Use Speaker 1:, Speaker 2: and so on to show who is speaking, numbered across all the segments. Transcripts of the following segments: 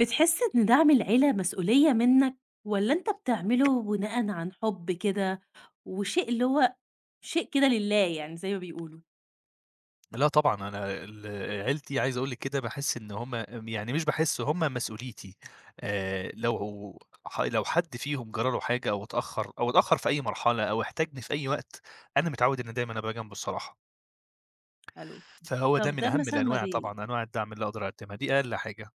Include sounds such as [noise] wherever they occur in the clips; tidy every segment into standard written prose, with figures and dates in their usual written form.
Speaker 1: بتحس إن دعم العيلة مسؤولية منّك والّا أنت بتعمله بناءً عن حُب كده وشيء اللي هو شيء كده لله يعني زي ما بيقولوا؟
Speaker 2: لأ طبعًا، أنا عيلتي عايز أقول لِك كده باحس إن هُم يعني مش باحس، هُم مسؤوليتي، آآ لو لو حد فيهم جرى له حاجة أو اتأخّر في أي مرحلة أو احتاجني في أي وقت، أنا متعوّد إن دايمًا أبقى جنبه الصراحة،
Speaker 1: حلو.
Speaker 2: فهو ده
Speaker 1: طَب
Speaker 2: من
Speaker 1: ده
Speaker 2: أهم
Speaker 1: مثلًا ما
Speaker 2: الأنواع
Speaker 1: بي
Speaker 2: طبعًا، أنواع الدعم اللي أقدر أقدّمها، دي أقل حاجة.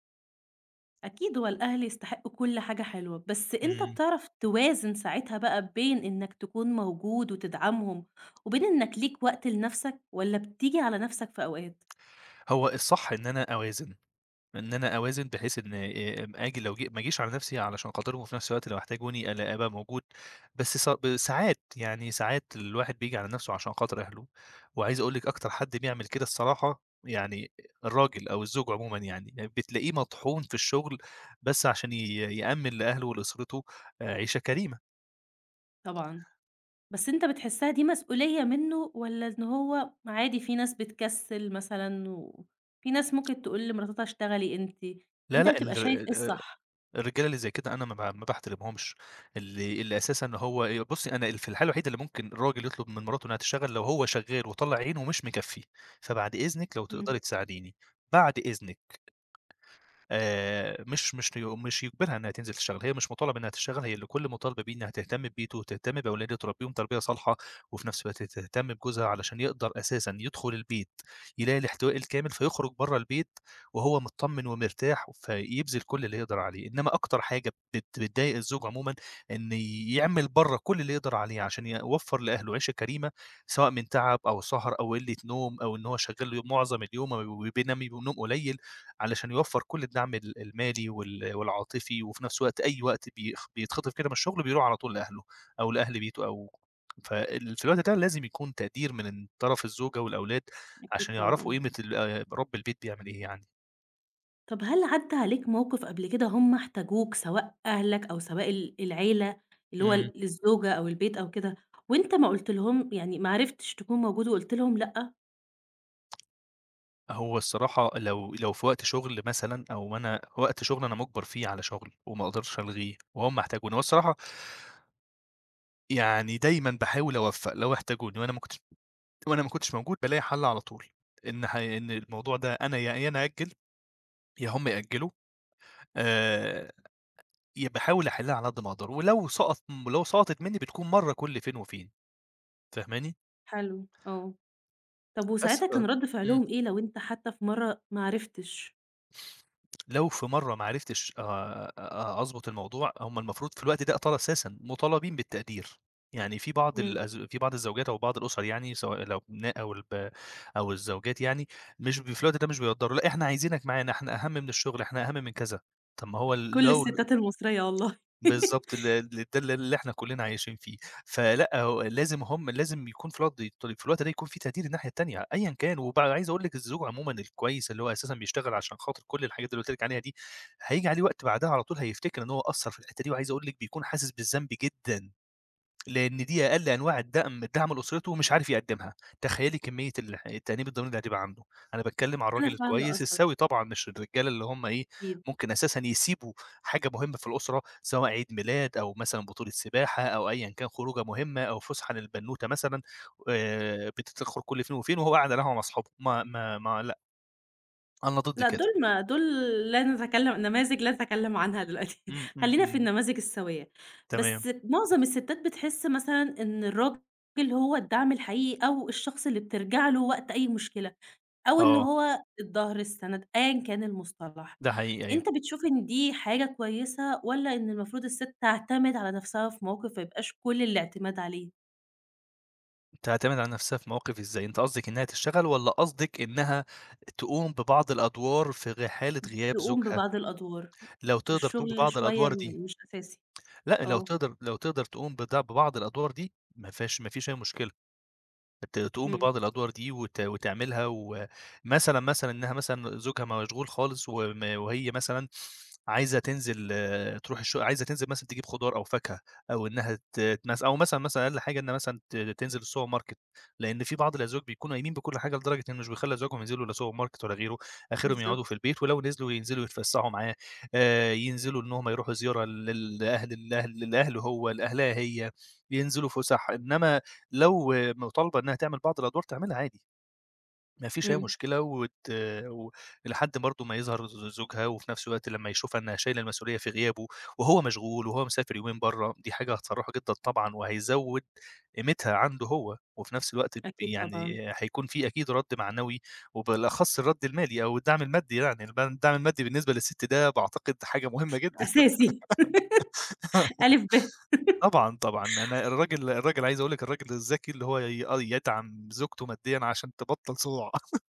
Speaker 1: أكيد هو الأهل يستحقّوا كل حاجة حلوة، بس أنت
Speaker 2: إمم.
Speaker 1: بتعرف توازن ساعتها بقى بين إنّك تكون موجود وتدعمهم وبين إنّك ليك وقت لنَفْسك والّا بتيجي على نَفْسك في أوقات؟
Speaker 2: هو الصح إن أنا أوازن. بحيث إن آجي لو جي ما أجيش على نَفْسي علشان خاطرهم، وفي نَفْس الوقت لو احتاجوني ألا أبقى موجود، بس ص ب ساعات يعني ساعات الواحد بييجي على نَفْسه عشان خاطر أهله، وعايز أقول لِك أكتر حد بيعمل كده الصراحة، يعني الراجل أو الزوج عمومًا يعني، يعني بتلاقيه مطحون في الشغل بس عشان يأمِّن لأهله ولأسرته عيشة كريمة.
Speaker 1: طبعًا. بس أنت بتحسّها دي مسؤولية منّه والّا إن هو عادي في ناس بتكسّل مثلًا وفي ناس ممكن تقول لمراتها اشتغلي أنتِ،
Speaker 2: لا،
Speaker 1: أنت
Speaker 2: لأ،
Speaker 1: بتبقى شايف إيه الصح؟
Speaker 2: الرجالة اللي زي كده أنا ما باحترمهمش، اللي أساسًا هو إيه. بُصّي، أنا ال في الحالة الوحيدة اللي ممكن الراجل يطلب من مراته إنها تشتغل لو هو شغال وطالع عينه ومش مكفّيه، فبعد إذنِك لو
Speaker 1: إمم،
Speaker 2: تقدري تساعديني، بعد إذنِك. مش يجبرها إنها تنزل تشتغل، هي مش مطالبة إنها تشتغل، هي اللي كل مطالبة بيه إنها تهتم ببيته وتهتم بأولاده تربيهم تربية صالحة، وفي نفس الوقت تهتم بجوزها علشان يقدر أساسًا يدخل البيت يلاقي الاحتواء الكامل، فيخرج برّه البيت وهو متطمن ومرتاح، فيبذل كل اللي يقدر عليه، إنما أكتر حاجة بتضايق الزوج عمومًا إن يعمل برّه كل اللي يقدر عليه عشان يوفّر لأهله عيشة كريمة، سواء من تعب أو سهر أو قلة نوم أو إن هو شغال معظم اليوم وبينام قليل. علشان يوفّر كل الدعم المالي والعاطفي، وفي نفس الوقت أي وقت بيتخطف كده من الشغل بيروح على طول لأهله أو لأهل بيته أو في الوقت ده لازم يكون تقدير من طرف الزوجة والأولاد
Speaker 1: أكيد
Speaker 2: عشان يعرفوا
Speaker 1: طبعًا.
Speaker 2: قيمة ال رَب البيت بيعمل إيه يعني.
Speaker 1: طَب هل عدّى عليك موقِف قبل كده هم احتاجوك سواء أهلك أو سواء العيلة اللي هو
Speaker 2: إمم.
Speaker 1: الزوجة أو البيت أو كده وأنت ما قُلت لهم يعني ما عرفتش تكون موجود وقُلت لهم لأ؟
Speaker 2: هو الصراحة لو في وقت شغل مثلًا أو أنا وقت شغل أنا مُجبَر فيه على شغل وما أقدرش ألغيه وهُم احتاجوني، هو الصراحة يعني دايمًا باحاول أوفّق. لو احتاجوني وأنا ما كنتش موجود بالاقي حل على طول، إن الموضوع ده أنا يا يا أنا أأجّل يا هُم يأجّلوا، آآ، ي باحاول أحلّها على قد ما أقدر، ولو سقطت منّي بتكون مرّة كل فين وفين، فاهماني؟
Speaker 1: حلو، آه. طَب
Speaker 2: بس
Speaker 1: وساعتها
Speaker 2: ب
Speaker 1: كان رَد
Speaker 2: إمم.
Speaker 1: فعلهم إيه لو أنت حتى في مرّة ما عرفتش؟
Speaker 2: لو في مرّة ما عرفتش أ أضبط الموضوع، هم المفروض في الوقت ده أطار أساسًا مطالبين بالتقدير، يعني
Speaker 1: إمم.
Speaker 2: في بعض الزوجات أو بعض الأسر، يعني سواء الأبناء أو الزوجات يعني مش ب في الوقت ده مش بيقدّروا، لأ إحنا عايزينك معانا، إحنا أهم من الشغل، إحنا أهم من كذا، طَب ما هو
Speaker 1: كل
Speaker 2: لو.
Speaker 1: الستات المصرية والله.
Speaker 2: بالضبط، ال
Speaker 1: [laughs]
Speaker 2: ال ده ال اللي إحنا كلّنا عايشين فيه، فلأ هو لازم هم لازم يكون في الوقت في الوقت ده يكون في تقدير الناحية التانية أيًا كان، عايز أقول لِك الزوج عمومًا الكويس اللي هو أساسًا بيشتغل عشان خاطر كل الحاجات اللي قُلت لِك عليها دي، هييجي عليه وقت بعدها على طول هيفتكر إن هو قصّر في الحتّة دي، وعايز أقول لِك بيكون حاسس بالذنب جدًا. لإن دي أقل أنواع الدعم لأسرته ومش عارف يقدّمها، تخيّلي كمية التأنيب الضمير اللي هتبقى عنده. أنا باتكلّم على
Speaker 1: أنا
Speaker 2: الراجل
Speaker 1: فاهمة
Speaker 2: الكويس
Speaker 1: قصدك
Speaker 2: السوي طبعًا، مش الرجالة اللي هم إيه.
Speaker 1: أكيد.
Speaker 2: ممكن أساسًا يسيبوا حاجة مهمة في الأسرة سواء عيد ميلاد أو مثلًا بطولة سباحة أو أيًا كان خروجة مهمة أو فسحة للبنوتة مثلًا، بتتخرج كل فين وفين وهو قاعد على القهوة مع أصحابه، ما ما ما لأ، أنا ضد
Speaker 1: لأ
Speaker 2: كده.
Speaker 1: دول لا نتكلم نماذج لا نتكلم عنها دلوقتي.
Speaker 2: إمم،
Speaker 1: [laughs]
Speaker 2: إمم،
Speaker 1: خلّينا في
Speaker 2: إمم،
Speaker 1: النماذج السوية.
Speaker 2: تمام.
Speaker 1: بس معظم الستات بتحس مثلًا إن الراجل هو الدعم الحقيقي أو الشخص اللي بترجع له وقت أي مشكلة، أو إن
Speaker 2: آه،
Speaker 1: هو الضهر، السند، أيًا كان المصطلح.
Speaker 2: ده حقيقي
Speaker 1: أنت
Speaker 2: أيوه.
Speaker 1: بتشوف إن دي حاجة كويسة والّا إن المفروض الست تعتمد على نفسها في موقف ما يبقاش كل الاعتماد عليه؟
Speaker 2: تعتمد على نفسها في مواقف إزاي؟ أنت قصدك إنها تشتغل والّا قصدك إنها تقوم ببعض الأدوار في حالة غياب
Speaker 1: تقوم
Speaker 2: زوجها؟
Speaker 1: ببعض الأدوار،
Speaker 2: لو تقدر تقوم
Speaker 1: الشغل
Speaker 2: ببعض
Speaker 1: شوية
Speaker 2: الأدوار دي،
Speaker 1: مش أساسي،
Speaker 2: لأ، لو
Speaker 1: آه،
Speaker 2: تقدر لو تقدر تقوم بد ببعض الأدوار دي ما فيهاش، ما فيش أي مشكلة. تقوم
Speaker 1: إمم،
Speaker 2: ببعض الأدوار دي وتعملها، ومثلًا، مثلًا إنها مثلًا زوجها مشغول خالص وهي مثلًا عايزة تنزل آه، تروح الش عايزة تنزل مثلًا تجيب خضار أو فاكهة، أو إنها ت مث أو مثلًا، مثلًا أقل حاجة إنها مثلًا تنزل السوبر ماركت، لإن في بعض الأزواج بيكونوا قايمين بكل حاجة لدرجة إنه مش بيخلّي أزواجهم ينزلوا لا سوبر ماركت ولا غيره، آخرهم يقعدوا
Speaker 1: بالضبط،
Speaker 2: في البيت ولو نزلوا ينزلوا يتفسحوا معاه، ينزلوا إن هم يروحوا زيارة لل لأهل الأهل لأهله هو لأهلها هي، ينزلوا فُسح، إنما لو مطالبة إنها تعمل بعض الأدوار تعملها عادي، ما فيش أي
Speaker 1: إمم،
Speaker 2: مشكلة وت و لحد برضه ما يظهر زوجها، وفي نفس الوقت لمّا يشوفها إنها شايلة المسؤولية في غيابه، وهو مشغول وهو مسافر يومين برّه، دي حاجة هتفرحه جدًا طبعًا، وهيزود قيمتها عنده هو، وفي نفس الوقت ب
Speaker 1: أكيد
Speaker 2: يعني
Speaker 1: طبعًا،
Speaker 2: هيكون في أكيد رَد معنوي، وبالأخص الرَد المالي أو الدعم المادي، يعني الدعم المادي بالنسبة للست ده باعتقد حاجة مهمة جدًا.
Speaker 1: أساسي.
Speaker 2: [laughs]
Speaker 1: [laughs] ألِف ب.
Speaker 2: طبعًا، طبعًا. أنا الراجل، عايز أقول لِك الراجل الذكي اللي هو ي آه، يدعم زوجته ماديًا عشان تبطّل صداع. [laughs]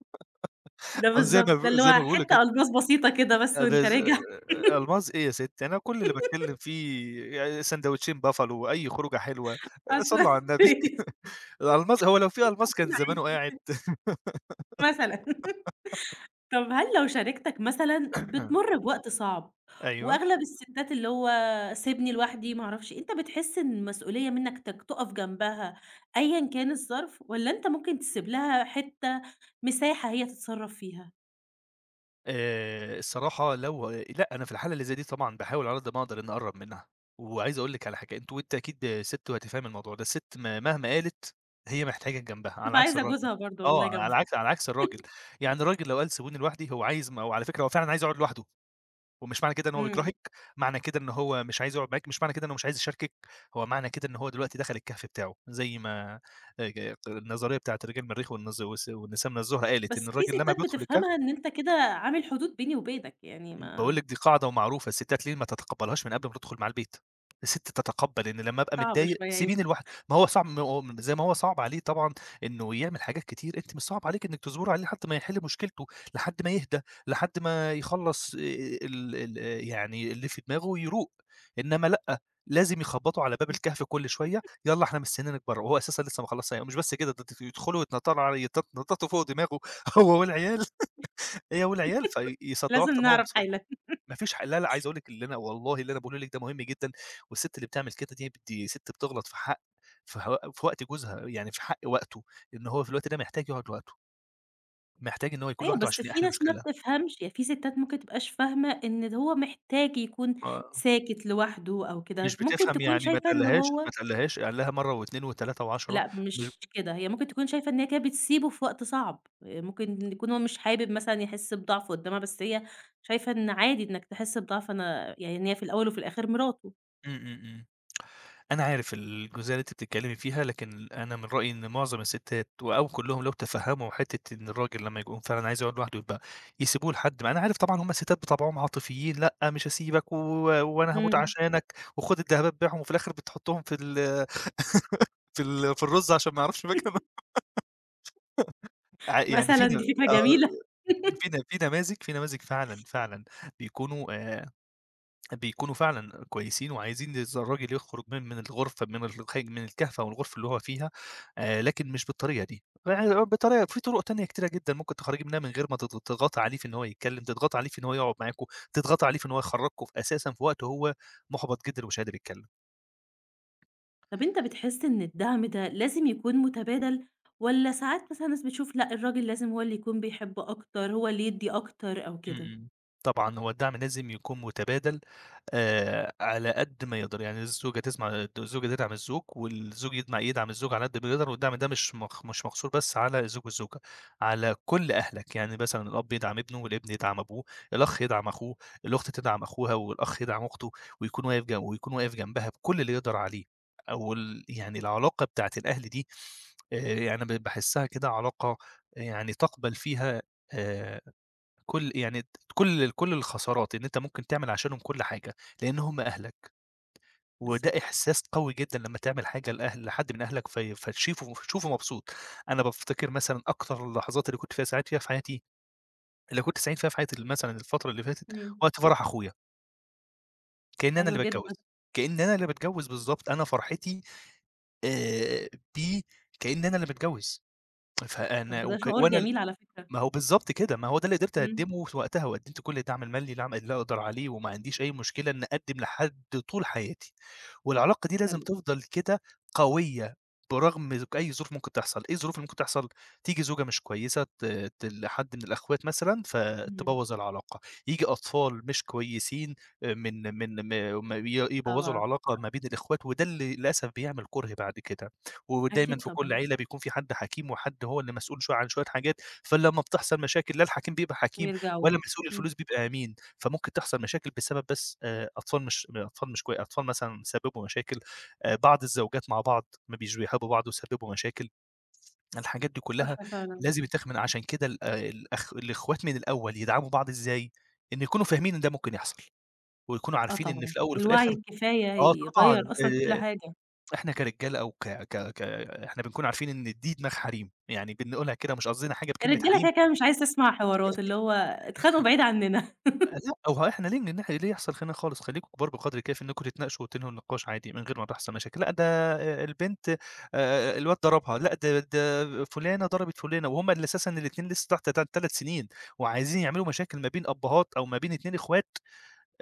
Speaker 1: ده
Speaker 2: أو
Speaker 1: بالضبط، ده اللي
Speaker 2: زي ما
Speaker 1: هو
Speaker 2: بيقولوا
Speaker 1: حتّة
Speaker 2: كده،
Speaker 1: ألماس بسيطة كده بس وأنت
Speaker 2: ألماظ.
Speaker 1: راجع. [laughs]
Speaker 2: ألماظ إيه يا ستّي، أنا كل اللي باتكلّم فيه يعني ساندوتشين buffalo أي خروجة حلوة، صلّوا على
Speaker 1: أصلًا.
Speaker 2: النبي.
Speaker 1: [laughs]
Speaker 2: [laughs] الألماظ، هو لو في ألماظ كان زمانه
Speaker 1: عادي
Speaker 2: قاعد.
Speaker 1: مثلًا. طب هل لو شريكتك مثلًا
Speaker 2: [coughs]
Speaker 1: بتمُر بوقت صعب
Speaker 2: أيوه.
Speaker 1: وأغلب الستات اللي هو سيبني لوحدي ما أعرفش إيه، أنت بتحس إن المسؤولية منّك تُقف جنبها أيًا كان الظرف والّا أنت ممكن تسيب لها حتّة مساحة هي تتصرّف فيها؟
Speaker 2: الصراحة لأ، أنا في الحالة اللي زي دي طبعًا باحاول على قد ما أقدر إنّي أقرّب منها، وعايز أقول لِك على حاجة، أنتِ وأنتِ أكيد سِت وهتفهمي الموضوع ده، السِت مهما قالت هي محتاجاك جنبها، على
Speaker 1: بتبقى
Speaker 2: عكس
Speaker 1: عايزة
Speaker 2: الراجل.
Speaker 1: جوزها برضه
Speaker 2: آه،
Speaker 1: والله
Speaker 2: على
Speaker 1: جنبها.
Speaker 2: عكس على عكس الراجل،
Speaker 1: [laughs]
Speaker 2: يعني الراجل لو قال سيبوني لوحدي، هو عايز ما هو على فكرة هو فعلًا عايز يقعد لوحده، ومش معنى كده إن هو
Speaker 1: إمم.
Speaker 2: بيكرهِك، معنى كده إن هو مش عايز يقعد معاكِ، مش معنى كده إنه مش عايز يشاركِك، هو معنى كده إن هو دلوقتي دخل الكهف بتاعه، زي ما النظرية بتاعة رجال المريخ والنز والس والنساء من الزهرة قالت
Speaker 1: بس
Speaker 2: إن
Speaker 1: في
Speaker 2: الراجل لمّا
Speaker 1: ستات
Speaker 2: بيدخل الكهف.
Speaker 1: بتفهمها إن أنت كده عامل حدود بيني وبينك، يعني
Speaker 2: باقول
Speaker 1: ما
Speaker 2: لِك دي قاعدة ومعروفة، الستات ليه ما تتقبّلهاش من قبل ما تدخل مع البيت، الست تتقبّل إن لمّا أبقى
Speaker 1: صعب
Speaker 2: متضايق
Speaker 1: شوية يمكن.
Speaker 2: سيبيني لوحدي، ما هو صعب، زي ما هو صعب عليه طبعًا إنه يعمل حاجات كتير، أنتِ مش صعب عليكِ إنِّك تصبري عليه لحد ما يحل مشكلته، لحد ما يهدى، لحد ما يخلّص ال ال يعني اللي في دماغه ويروق، إنما لأ، لازم يخبّطوا على باب الكهف كل شوية، يالّا إحنا مستنيينك برّه، وهو أساسًا لسه ما خلّصش ومش بس كده، ده يدخلوا يتنطّروا على يتنطّطوا فوق دماغه [laughs] هو والعيال هي والعيال، فيصدّعوه
Speaker 1: لازم
Speaker 2: أكتر ما هو
Speaker 1: نعرف
Speaker 2: مصدّع.
Speaker 1: حَل.
Speaker 2: ما فيش ح لا، لأ، عايز أقول لِك اللي أنا والله اللي أنا باقوله لِك ده مهم جدًا، والست اللي بتعمل كده دي ست بتغلط في حق، في وقت جوزها، يعني في حق وقته، إن هو في الوقت ده محتاج يقعد لوحده، محتاج إن هو يكون
Speaker 1: أيوه،
Speaker 2: لوحده
Speaker 1: بس
Speaker 2: عشان
Speaker 1: في
Speaker 2: يحل
Speaker 1: ناس ما
Speaker 2: المشكلة.
Speaker 1: بتفهمش، يعني في ستات ممكن تبقاش فاهمة إن هو محتاج يكون
Speaker 2: آه،
Speaker 1: ساكت لوحده أو كده،
Speaker 2: مش
Speaker 1: ممكن
Speaker 2: بتفهم،
Speaker 1: تكون
Speaker 2: يعني ما
Speaker 1: شايفة إن
Speaker 2: تقلّهاش ما
Speaker 1: هو
Speaker 2: تقلّهاش، قال لها مرة و2 و3 و10.
Speaker 1: لأ،
Speaker 2: مش
Speaker 1: مش كده، هي ممكن تكون شايفة إن هي كده بتسيبه في وقت صعب، ممكن يكون هو مش حابب مثلًا يحس بضعف قدّامها، بس هي شايفة إن عادي إنك تحس بضعف أنا يعني إن هي في الأول وفي الآخر مراته.
Speaker 2: إمم، إمم، إمم. أنا عارف الجزئية اللي أنتِ بتتكلّمي فيها، لكن أنا من رأيي إن معظم الستات أو كلّهم لو تفهّموا حتّة إن الراجل لمّا يكون فعلًا عايز يقعد لوحده يبقى يسيبوه. لحد ما، أنا عارف طبعًا، هُم الستات بطبعهم عاطفيين، لأ مش هاسيبك وأنا هموت
Speaker 1: إمم،
Speaker 2: عشانك وخُد الدهبات بيعهم، وفي الآخر بتحطّهم في ال في ال في الرُز عشان ما يعرفش مكانهم. [laughs] يعني في
Speaker 1: مثلًا
Speaker 2: ن
Speaker 1: دي فكرة
Speaker 2: آه،
Speaker 1: جميلة.
Speaker 2: في ن في نماذج في نماذج فعلًا، فعلًا بيكونوا آآ بيكونوا فعلًا كويسين وعايزين الراجل يخرج من الغرفة، من الخ من الكهفة والغرفة اللي هو فيها، لكن مش بالطريقة دي، يعني بطريقة، في طرق تانية كتيرة جدًا ممكن تخرّجي منها من غير ما تضغطي عليه في إن هو يتكلم، تضغطي عليه في إن هو يقعد معاكم، تضغطي عليه في إن هو يخرّجكم، أساسًا في وقت هو مُحبط جدًا ومش قادر يتكلم.
Speaker 1: طب أنت بتحس إن الدعم ده لازم يكون متبادل، والّا ساعات مثلًا ناس بتشوف لأ، الراجل لازم هو اللي يكون بيحب أكتر، هو اللي يدّي أكتر أو
Speaker 2: إمم،
Speaker 1: كده؟
Speaker 2: إمم. طبعًا هو الدعم لازم يكون متبادل، على قد ما يقدر، يعني الزوجة تدعم الزوج والزوج يدعم الزوج على قد ما يقدر، والدعم ده مش مقصور بس على الزوج والزوجة، على كل أهلك، يعني مثلًا الأب يدعم ابنه، والابن يدعم أبوه، الأخ يدعم أخوه، الأخت تدعم أخوها، والأخ يدعم أخته، ويكون واقف جنبها بكل اللي يقدر عليه، أو يعني العلاقة بتاعة الأهل دي، يعني باحسها كده علاقة يعني تقبل فيها آآ كل يعني كل الخسارات، إن أنت ممكن تعمل عشانهم كل حاجة، لإن هم أهلك، وده
Speaker 1: بالضبط.
Speaker 2: إحساس قوي جدًا لمّا تعمل حاجة لحد من أهلك في فتشيفه تشوفه مبسوط. أنا بافتكر مثلًا أكتر اللحظات اللي كنت فيها سعيد فيها في حياتي، اللي كنت سعيد فيها في حياتي مثلًا الفترة اللي فاتت،
Speaker 1: إمم.
Speaker 2: وقت فرح أخويا، كإن أنا
Speaker 1: حلو
Speaker 2: اللي باتجوّز،
Speaker 1: جدًا.
Speaker 2: كإن أنا اللي باتجوّز بالضبط، أنا فرحتي آآ بيه كإن أنا اللي متجوّز،
Speaker 1: طب
Speaker 2: فأنا
Speaker 1: ده
Speaker 2: وك
Speaker 1: شعور [unintelligible]
Speaker 2: وأنا،
Speaker 1: جميل على فكرة.
Speaker 2: ما هو بالضبط كده، ما هو ده اللي قدرت
Speaker 1: إمم،
Speaker 2: أقدّمه في وقتها، وقدّمت كل الدعم المالي اللي اللي أقدر عليه، وما عنديش أي مشكلة إني أقدّم لحد طول حياتي. والعلاقة دي لازم
Speaker 1: حلو.
Speaker 2: تفضل كده قوية برغم أي ظروف ممكن تحصل. إيه الظروف اللي ممكن تحصل؟ تيجي زوجة مش كويسة ت ت لحد من الأخوات مثلًا
Speaker 1: إمم.
Speaker 2: فتبوّظ العلاقة. ييجي أطفال مش كويسين من من م م ي يبوّظوا
Speaker 1: طبعًا،
Speaker 2: العلاقة ما بين الإخوات، وده اللي للأسف بيعمل كُره بعد كده. ودايمًا
Speaker 1: أكيد
Speaker 2: في كل
Speaker 1: طبعًا،
Speaker 2: عيلة بيكون في حد حكيم وحد هو اللي مسؤول شوية عن شوية حاجات. فلمّا بتحصل مشاكل لا الحكيم بيبقى حكيم
Speaker 1: بيرجعوا
Speaker 2: ولا
Speaker 1: له.
Speaker 2: مسؤول
Speaker 1: إمم،
Speaker 2: الفلوس بيبقى أمين. فممكن تحصل مشاكل بسبب بس أطفال مش أطفال مش كوي أطفال مثلًا سبّبوا مشاكل. بعض الزوجات مع بعض ما بقوش بيحبّوا بعض وسبّبوا مشاكل. الحاجات دي كلّها
Speaker 1: صح فعلًا.
Speaker 2: لازم يتاخد من عشان كده، ال آه، الأخ الإخوات من الأول يدعموا بعض إزاي؟ إن يكونوا فاهمين إن ده ممكن يحصل، ويكونوا
Speaker 1: آه
Speaker 2: عارفين إن
Speaker 1: طبعًا،
Speaker 2: في الأول وفي
Speaker 1: الوعي
Speaker 2: الآخر.
Speaker 1: الكفاية
Speaker 2: آه طبعًا.
Speaker 1: يغيّر أصلًا كل حاجة.
Speaker 2: إحنا كرجالة أو ك ك ك إحنا بنكون عارفين إن دي دماغ حريم، يعني بنقولها كده مش قصدنا حاجة بكلمة
Speaker 1: الرجالة
Speaker 2: حريم.
Speaker 1: كده، كده مش عايزة تسمع حوارات، اللي هو اتخانقوا بعيد عننا. [laughs]
Speaker 2: لأ، هو إحنا ليه يحصل خِناق خالص؟ خلّيكم كبار بقدْر الكافي إنّكم تتناقشوا وتنهوا النقاش عادي من غير ما تحصل مشاكل. لأ، ده البنت الواد ضربها، لأ، ده فلانة ضربت فلانة، وهُم اللي أساسًا الاتنين لسه تحت 3 سنين وعايزين يعملوا مشاكل ما بين أبّهات أو ما بين 2 إخوات.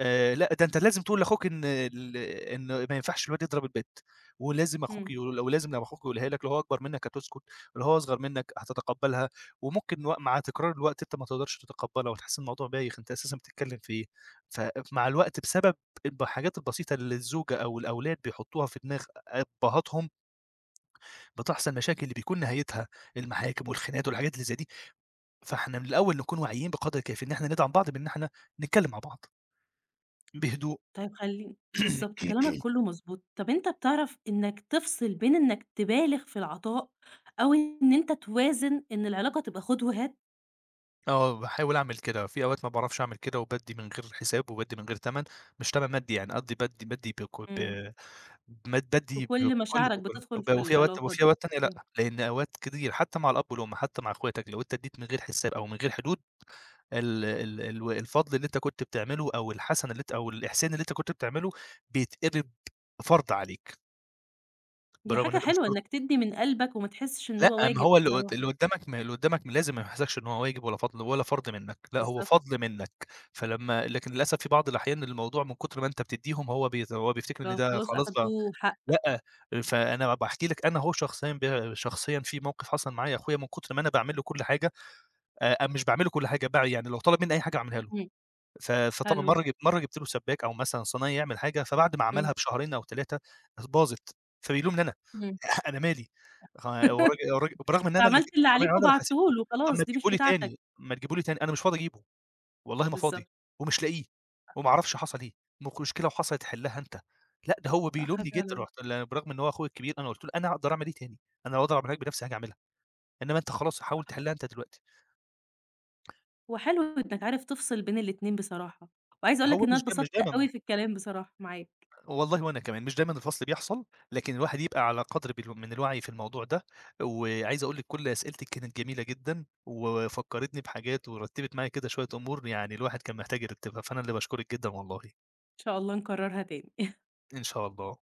Speaker 2: لأ، ده أنت لازم تقول لأخوك إن ما ينفعش الواد يضرب البت،
Speaker 1: إمم.
Speaker 2: ولازم لمّا أخوك يقولها لك لو هو أكبر منك هتسكت، ولو هو أصغر منك هتتقبّلها. وممكن مع تكرار الوقت أنت ما تقدرش تتقبّلها وتحس إن الموضوع بايخ، أنت أساسًا بتتكلّم في إيه؟ فمع الوقت بسبب الحاجات البسيطة اللي الزوجة أو الأولاد بيحطّوها في دماغ أبّهاتهم، بتحصل مشاكل اللي بيكون نهايتها المحاكم والخناقات والحاجات اللي زي دي. فإحنا من الأول نكون واعيين بقدر الكافي إن إحنا ندعم بعض بإن إحنا نتكلّم مع بعض بهدوء.
Speaker 1: طيب خلّي بالضبط،
Speaker 2: [clears throat]
Speaker 1: كلامك كلّه مضبوط. طب أنت بتعرف إنّك تفصل بين إنّك تبالغ في العطاء أو إن أنت توازن إن العلاقة تبقى خُد وهات.
Speaker 2: آه، باحاول أعمل كده. في أوقات ما باعرفش أعمل كده وبادّي من غير حساب وبادّي من غير تَمَن، مش تَمَن مادي، يعني قصدي بادّي بادّي بك ب
Speaker 1: إمم.
Speaker 2: ماد
Speaker 1: في
Speaker 2: بادّي ب
Speaker 1: كل
Speaker 2: بكل
Speaker 1: مشاعرك
Speaker 2: بكل
Speaker 1: بتدخُل
Speaker 2: وب
Speaker 1: في
Speaker 2: وفي أوقات
Speaker 1: العلاقة دي؟
Speaker 2: تانية،
Speaker 1: إمم.
Speaker 2: لأ، لإن أوقات كتير حتى مع الأب والأم، حتى مع إخواتك، لو أنت ادّيت من غير حساب أو من غير حدود ال ال الو الفضل اللي أنت كنت بتعمله أو الحسنة اللي أنت أو الإحسان اللي أنت كنت بتعمله بيتقلب فرض عليك،
Speaker 1: دي
Speaker 2: بالرغم
Speaker 1: حاجة
Speaker 2: إن ده مش
Speaker 1: حلوة
Speaker 2: فرض.
Speaker 1: إنّك تدّي من قلبك وما تحسّش إن هو
Speaker 2: لأ، ما
Speaker 1: واجب
Speaker 2: هو
Speaker 1: بصراحة،
Speaker 2: اللي قدّامك، ما اللي قدّامك لازم ما يحسكش إن هو واجب ولا فضل ولا فرض منّك، لأ هو
Speaker 1: بالضبط.
Speaker 2: فضل منّك. لكن للأسف في بعض الأحيان الموضوع من كتر ما أنت بتدّيهم، هو بيت هو بيفتكر
Speaker 1: ده
Speaker 2: إن ده
Speaker 1: خلاص
Speaker 2: خلاص بقى.
Speaker 1: أخدوه حق.
Speaker 2: لأ، فأنا باحكي لك. أنا أهو شخصيًا، ب شخصيًا في موقف حصل معايا أخويا من كتر ما أنا باعمل له كل حاجة، مش باعمل له كل حاجة بقى يعني، لو طلب منّي أي حاجة أعملها له.
Speaker 1: إمم.
Speaker 2: فطبعًا
Speaker 1: حلو.
Speaker 2: مرّة جبت له سباك أو مثلًا صنايعي يعمل حاجة، فبعد ما
Speaker 1: إمم.
Speaker 2: عملها بشهرين أو 3 باظت، فبيلومني أنا.
Speaker 1: إمم.
Speaker 2: [laughs] أنا مالي. خ والراج
Speaker 1: [laughs]
Speaker 2: والراج برغم إن أنا اللي
Speaker 1: عملت
Speaker 2: جِبت
Speaker 1: اللي
Speaker 2: الصنايعي
Speaker 1: عليك
Speaker 2: وأنا اللي
Speaker 1: وبعته
Speaker 2: حاسبه.
Speaker 1: له
Speaker 2: طَب ما
Speaker 1: خلاص، دي مش
Speaker 2: تجيبه لي
Speaker 1: بتاعتك.
Speaker 2: تاني، ما تجيبه لي تاني، أنا مش فاضي أجيبه، والله ما فاضي،
Speaker 1: بالضبط.
Speaker 2: ومش لاقيه، وما أعرفش حصل إيه، مشكلة وحصلت حلّها أنت. لأ، ده هو
Speaker 1: صح
Speaker 2: بيلومني جدًا،
Speaker 1: فعلًا.
Speaker 2: رُحت ل برغم إن هو أخويا الكبير. أنا قُلت له: "أنا أقدر أعمل إيه تاني؟ أنا لو أقدر أعملها لك بنفسي هاجي أعملها، إنما أنت خلاص حاول تحلّها أنت دلوقتي."
Speaker 1: هو حلو إنك عارف تفصل بين الاتنين بصراحة، وعايزة أقول لك
Speaker 2: هو
Speaker 1: إن أنا
Speaker 2: مش جا مش
Speaker 1: اتبسطت
Speaker 2: دايمًا،
Speaker 1: أوي في الكلام بصراحة معاك،
Speaker 2: والله وأنا كمان، مش دايمًا الفصل بيحصل، لكن الواحد يبقى على قدر بال من الوعي في الموضوع ده. وعايز أقول لِك كل أسئلتِك كانت جميلة جدًا، وفكّرتني بحاجات ورتّبت معايا كده شوية أمور، يعني الواحد كان محتاج يرتّبها، فأنا اللي باشكرِك جدًا والله.
Speaker 1: إن شاء الله نكررها تاني.
Speaker 2: إن شاء الله.